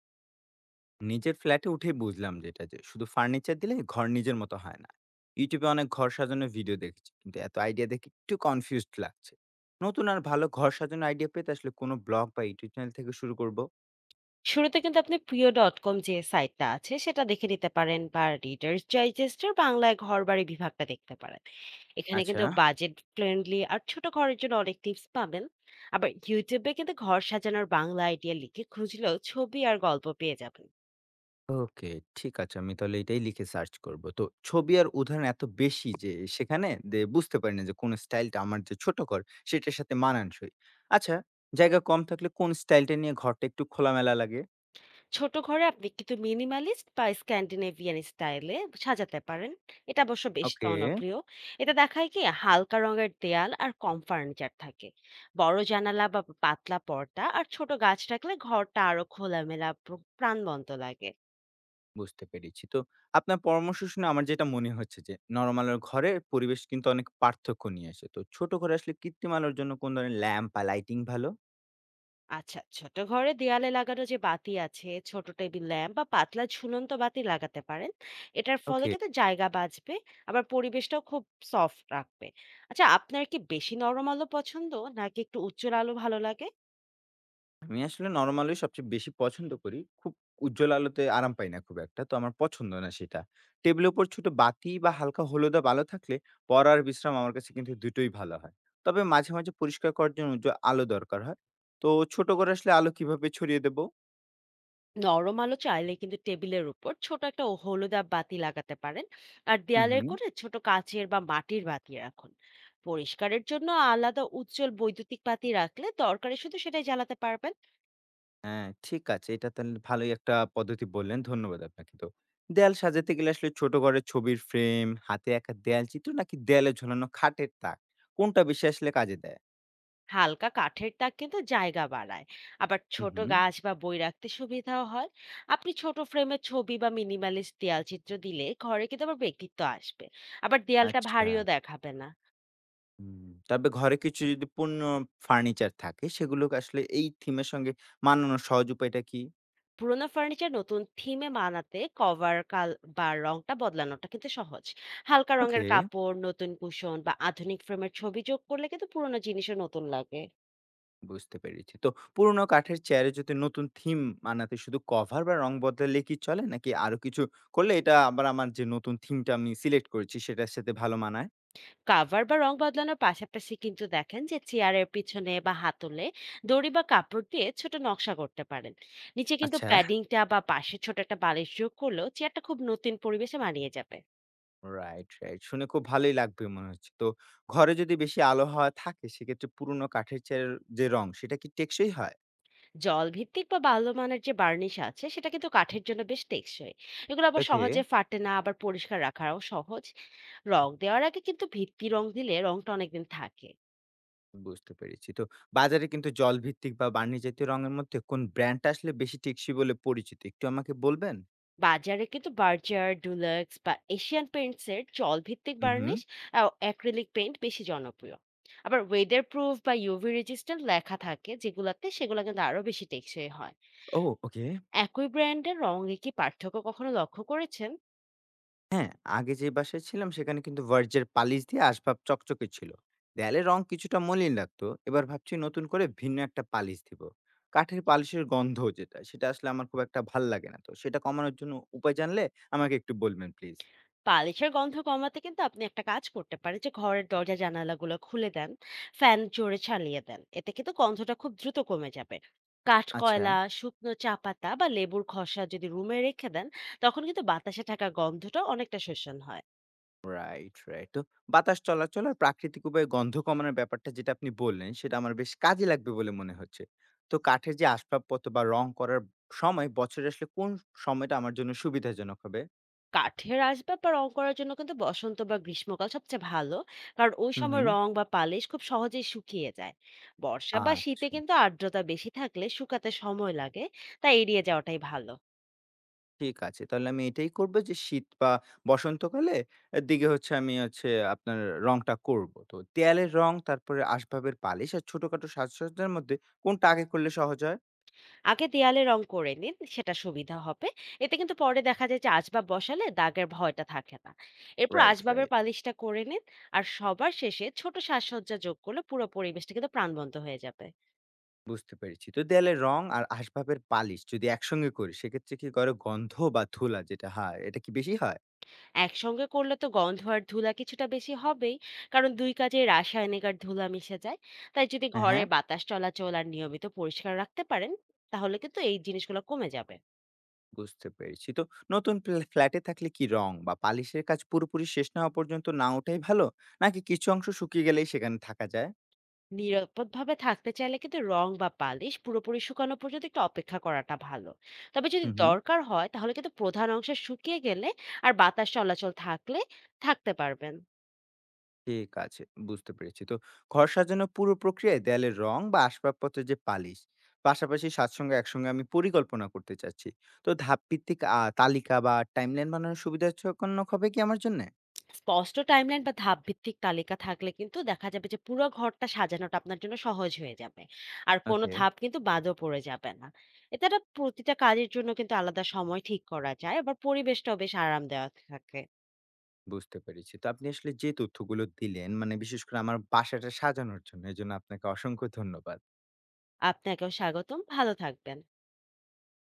নিজের ফ্ল্যাটে উঠে বুঝলাম যে শুধু ফার্নিচার দিলে ঘর নিজের মতো হয় না। ইউটিউবে অনেক ঘর সাজানোর ভিডিও দেখেছি, কিন্তু এত আইডিয়া দেখে একটু কনফিউজড লাগছে। নতুন আর ভালো ঘর সাজানোর আইডিয়া পেতে আসলে কোনো ব্লগ বা ইউটিউব চ্যানেল থেকে শুরু করব? শুরুতে কিন্তু আপনি প্রিয়.com যে সাইটটা আছে সেটা দেখে নিতে পারেন বা রিডার্স ডাইজেস্টের বাংলায় ঘরবাড়ি বিভাগটা দেখতে পারেন। এখানে আচ্ছা। কিন্তু বাজেট ফ্রেন্ডলি আর ছোট ঘরের জন্য অনেক টিপস পাবেন। আবার ইউটিউবে কিন্তু ঘর সাজানোর বাংলা আইডিয়া লিখে খুঁজলেও ছবি আর গল্প পেয়ে যাবেন। ওকে, ঠিক আছে, আমি তাহলে এটাই লিখে সার্চ করব। তো ছবি আর উদাহরণ এত বেশি যে সেখানে বুঝতে পারি না যে কোন স্টাইলটা আমার যে ছোট ঘর, সেটার সাথে মানানসই। আচ্ছা, জায়গা কম থাকলে কোন স্টাইলটা নিয়ে ঘরটা একটু খোলামেলা লাগে? ছোট ঘরে আপনি কিন্তু মিনিমালিস্ট বা স্ক্যান্ডিনেভিয়ান স্টাইলে সাজাতে পারেন। এটা অবশ্য বেশ ওকে, জনপ্রিয়। এটা দেখায় কি হালকা রঙের দেয়াল আর কম ফার্নিচার থাকে। বড় জানালা বা পাতলা পর্দা আর ছোট গাছ রাখলে ঘরটা আরো খোলামেলা প্রাণবন্ত লাগে। বুঝতে পেরেছি। তো আপনার পরামর্শ শুনে আমার যেটা মনে হচ্ছে যে, নরমাল আলোর ঘরের পরিবেশ কিন্তু অনেক পার্থক্য নিয়ে আসে। তো ছোট ঘরে আসলে কৃত্রিম আলোর জন্য কোন ধরনের ল্যাম্প বা লাইটিং ভালো? আচ্ছা, ছোট ঘরে দেয়ালে লাগানো যে বাতি আছে, ছোট টেবিল ল্যাম্প বা পাতলা ঝুলন্ত বাতি লাগাতে পারেন। এটার ফলে ওকে। কিন্তু জায়গা বাঁচবে, আবার পরিবেশটাও খুব সফট রাখবে। আচ্ছা, আপনার কি বেশি নরম আলো পছন্দ নাকি একটু উজ্জ্বল আলো ভালো লাগে? আমি আসলে নরমাল আলোই সবচেয়ে বেশি পছন্দ করি। খুব উজ্জ্বল আলোতে আরাম পাই না খুব একটা। তো আমার পছন্দ না সেটা। টেবিলের উপর ছোট বাতি বা হালকা হলুদাভ আলো থাকলে পড়া আর বিশ্রাম আমার কাছে কিন্তু দুটোই ভালো হয়। তবে মাঝে মাঝে পরিষ্কার করার জন্য উজ্জ্বল আলো দরকার হয়। তো ছোট ঘরে আসলে আলো কিভাবে ছড়িয়ে দেবো? নরম আলো চাইলে কিন্তু টেবিলের উপর ছোট একটা হলুদাভ বাতি লাগাতে পারেন, আর হু, হু। দেয়ালের কোণে ছোট কাচের বা মাটির বাতি রাখুন। পরিষ্কারের জন্য আলাদা উজ্জ্বল বৈদ্যুতিক বাতি রাখলে দরকারে শুধু সেটাই জ্বালাতে পারবেন। হ্যাঁ, ঠিক আছে। এটা তাহলে ভালোই একটা পদ্ধতি বললেন। ধন্যবাদ আপনাকে তো। দেয়াল সাজাতে গেলে আসলে ছোট ঘরের ছবির ফ্রেম, হাতে আঁকা দেয়াল চিত্র নাকি দেয়ালে ঝোলানো খাটের তাক, কোনটা বেশি আসলে কাজে দেয়? হালকা কাঠের তাক কিন্তু জায়গা বাড়ায়, আবার হুম, ছোট হুম। গাছ বা বই রাখতে সুবিধাও হয়। আপনি ছোট ফ্রেমে ছবি বা মিনিমালিস্ট দেয়াল চিত্র দিলে ঘরে কিন্তু আবার ব্যক্তিত্ব আসবে, আবার দেয়ালটা আচ্ছা। ভারীও দেখাবে না। হুম। তবে ঘরে কিছু যদি পূর্ণ ফার্নিচার থাকে, সেগুলোকে আসলে এই থিমের সঙ্গে মানানোর সহজ উপায়টা কি? পুরোনো ফার্নিচার নতুন থিমে মানাতে কভার কাল বা রংটা বদলানোটা কিন্তু সহজ। হালকা ওকে, রঙের কাপড়, নতুন কুশন বা আধুনিক ফ্রেমের ছবি যোগ করলে কিন্তু পুরোনো জিনিসও নতুন লাগে। বুঝতে পেরেছি। তো পুরোনো কাঠের চেয়ারে যদি নতুন থিম বানাতে শুধু কভার বা রং বদলালে কি চলে? নাকি আরো কিছু করলে এটা আবার আমার যে নতুন থিমটা আমি সিলেক্ট করেছি সেটার সাথে ভালো মানায়? কাভার বা রং বদলানোর পাশাপাশি কিন্তু দেখেন যে চেয়ারের পিছনে বা হাতলে দড়ি বা কাপড় দিয়ে ছোট নকশা করতে পারেন। নিচে কিন্তু আচ্ছা। প্যাডিংটা বা পাশে ছোট একটা বালিশ যোগ করলেও চেয়ারটা খুব নতুন পরিবেশে মানিয়ে যাবে। Right, right. শুনে খুব ভালোই লাগবে মনে হচ্ছে। তো ঘরে যদি বেশি আলো হাওয়া থাকে সেক্ষেত্রে পুরোনো কাঠের চেয়ারের যে রং সেটা কি টেকসই হয়? জল ভিত্তিক বা বাল্যমানের যে বার্নিশ আছে সেটা কিন্তু কাঠের জন্য বেশ টেকসই। এগুলো আবার ওকে, সহজে ফাটে না, আবার পরিষ্কার রাখাও সহজ। রং দেওয়ার আগে কিন্তু ভিত্তি রং দিলে রংটা অনেকদিন থাকে। বুঝতে পেরেছি। তো বাজারে কিন্তু জলভিত্তিক বা বার্নি জাতীয় রঙের মধ্যে কোন ব্র্যান্ডটা আসলে বেশি টেকসই বলে পরিচিত? একটু আমাকে বলবেন? বাজারে কিন্তু বার্জার, ডুলাক্স বা এশিয়ান পেইন্টস এর জলভিত্তিক হুম, হুম। বার্নিশ আর অ্যাক্রিলিক পেইন্ট বেশি জনপ্রিয়। আবার ওয়েদার প্রুফ বা ইউভি রেজিস্ট্যান্ট লেখা থাকে যেগুলাতে, সেগুলো কিন্তু আরো বেশি টেকসই হয়। ও, ওকে। একই ব্র্যান্ডের রঙে কি পার্থক্য কখনো লক্ষ্য করেছেন? হ্যাঁ, আগে যে বাসায় ছিলাম সেখানে কিন্তু ভার্জ্যের পালিশ দিয়ে আসবাব চকচকে ছিল। দেয়ালে রং কিছুটা মলিন লাগতো। এবার ভাবছি নতুন করে ভিন্ন একটা পালিশ দিব। কাঠের পালিশের গন্ধ যেটা, সেটা আসলে আমার খুব একটা ভাল লাগে না। তো সেটা কমানোর জন্য উপায় জানলে আমাকে একটু বলবেন প্লিজ। বালিশের গন্ধ কমাতে কিন্তু আপনি একটা কাজ করতে পারেন, যে ঘরের দরজা জানালাগুলো খুলে দেন, ফ্যান জোরে চালিয়ে দেন, এতে কিন্তু গন্ধটা খুব দ্রুত কমে যাবে। কাঠ আচ্ছা। কয়লা, শুকনো চা পাতা বা লেবুর খসা যদি রুমে রেখে দেন, তখন কিন্তু বাতাসে থাকা গন্ধটা অনেকটা শোষণ হয়। Right, right. তো বাতাস চলাচল আর প্রাকৃতিক উপায়ে গন্ধ কমানোর ব্যাপারটা যেটা আপনি বললেন, সেটা আমার বেশ কাজে লাগবে বলে মনে হচ্ছে। তো কাঠের যে আসবাবপত্র বা রং করার সময় বছরে আসলে কোন সময়টা আমার জন্য সুবিধাজনক হবে? কাঠের আসবাব বা রং করার জন্য কিন্তু বসন্ত বা গ্রীষ্মকাল সবচেয়ে ভালো, কারণ ওই হুম, সময় হুম। রং বা পালিশ খুব সহজেই শুকিয়ে যায়। বর্ষা বা শীতে আচ্ছা। কিন্তু আর্দ্রতা বেশি থাকলে শুকাতে সময় লাগে, তাই এড়িয়ে যাওয়াটাই ভালো। ঠিক আছে। তাহলে আমি এটাই করব যে শীত বা বসন্তকালে এর দিকে হচ্ছে আমি হচ্ছে আপনার রংটা করব। তো দেয়ালের রং, তারপরে আসবাবের পালিশ আর ছোটখাটো সাজসজ্জার মধ্যে কোনটা আগে করলে সহজ হয়? আগে দেয়ালে রং করে নিন, সেটা সুবিধা হবে। এতে কিন্তু পরে দেখা যায় যে আসবাব বসালে দাগের ভয়টা থাকে না। এরপর রাইট, আসবাবের রাইট। পালিশটা করে নিন, আর সবার শেষে ছোট সাজসজ্জা যোগ করলে পুরো পরিবেশটা কিন্তু প্রাণবন্ত হয়ে যাবে। বুঝতে পেরেছি। তো দেয়ালের রং আর আসবাবের পালিশ যদি একসঙ্গে করি সেক্ষেত্রে কি করে গন্ধ বা ধুলা যেটা হয় এটা কি বেশি হয়? একসঙ্গে করলে তো গন্ধ আর ধুলা কিছুটা বেশি হবেই, কারণ দুই কাজে রাসায়নিক আর ধুলা মিশে যায়। তাই যদি হ্যাঁ, ঘরে হ্যাঁ, বাতাস চলাচল আর নিয়মিত পরিষ্কার রাখতে পারেন, তাহলে কিন্তু এই জিনিসগুলো কমে যাবে। বুঝতে পেরেছি। তো নতুন ফ্ল্যা ফ্ল্যাটে থাকলে কি রং বা পালিশের কাজ পুরোপুরি শেষ না হওয়া পর্যন্ত না ওঠাই ভালো? নাকি কিছু অংশ শুকিয়ে গেলেই সেখানে থাকা যায়? নিরাপদভাবে থাকতে চাইলে কিন্তু রং বা পালিশ পুরোপুরি শুকানো পর্যন্ত একটু অপেক্ষা করাটা ভালো। তবে যদি হু, হু। দরকার হয়, তাহলে কিন্তু প্রধান অংশ শুকিয়ে গেলে আর বাতাস চলাচল থাকলে থাকতে পারবেন। ঠিক আছে, বুঝতে পেরেছি। তো ঘর সাজানোর পুরো প্রক্রিয়ায় দেয়ালের রং বা আসবাবপত্রের যে পালিশ, পাশাপাশি সাতসঙ্গে একসঙ্গে আমি পরিকল্পনা করতে চাচ্ছি। তো ধাপভিত্তিক তালিকা বা টাইমলাইন বানানোর সুবিধাজনক হবে কি আমার জন্যে? স্পষ্ট টাইমলাইন বা ধাপ ভিত্তিক তালিকা থাকলে কিন্তু দেখা যাবে যে পুরো ঘরটা সাজানোটা আপনার জন্য সহজ হয়ে যাবে, আর কোনো ওকে, ধাপ কিন্তু বাদও পড়ে যাবে না। এতে প্রতিটা কাজের জন্য কিন্তু আলাদা সময় ঠিক করা যায়, আবার পরিবেশটাও বেশ আরাম দেওয়া থাকে। বুঝতে পেরেছি। তো আপনি আসলে যে তথ্যগুলো দিলেন, মানে বিশেষ করে আমার বাসাটা সাজানোর জন্য, এজন্য আপনাকে অসংখ্য ধন্যবাদ। আপনাকেও স্বাগতম, ভালো থাকবেন।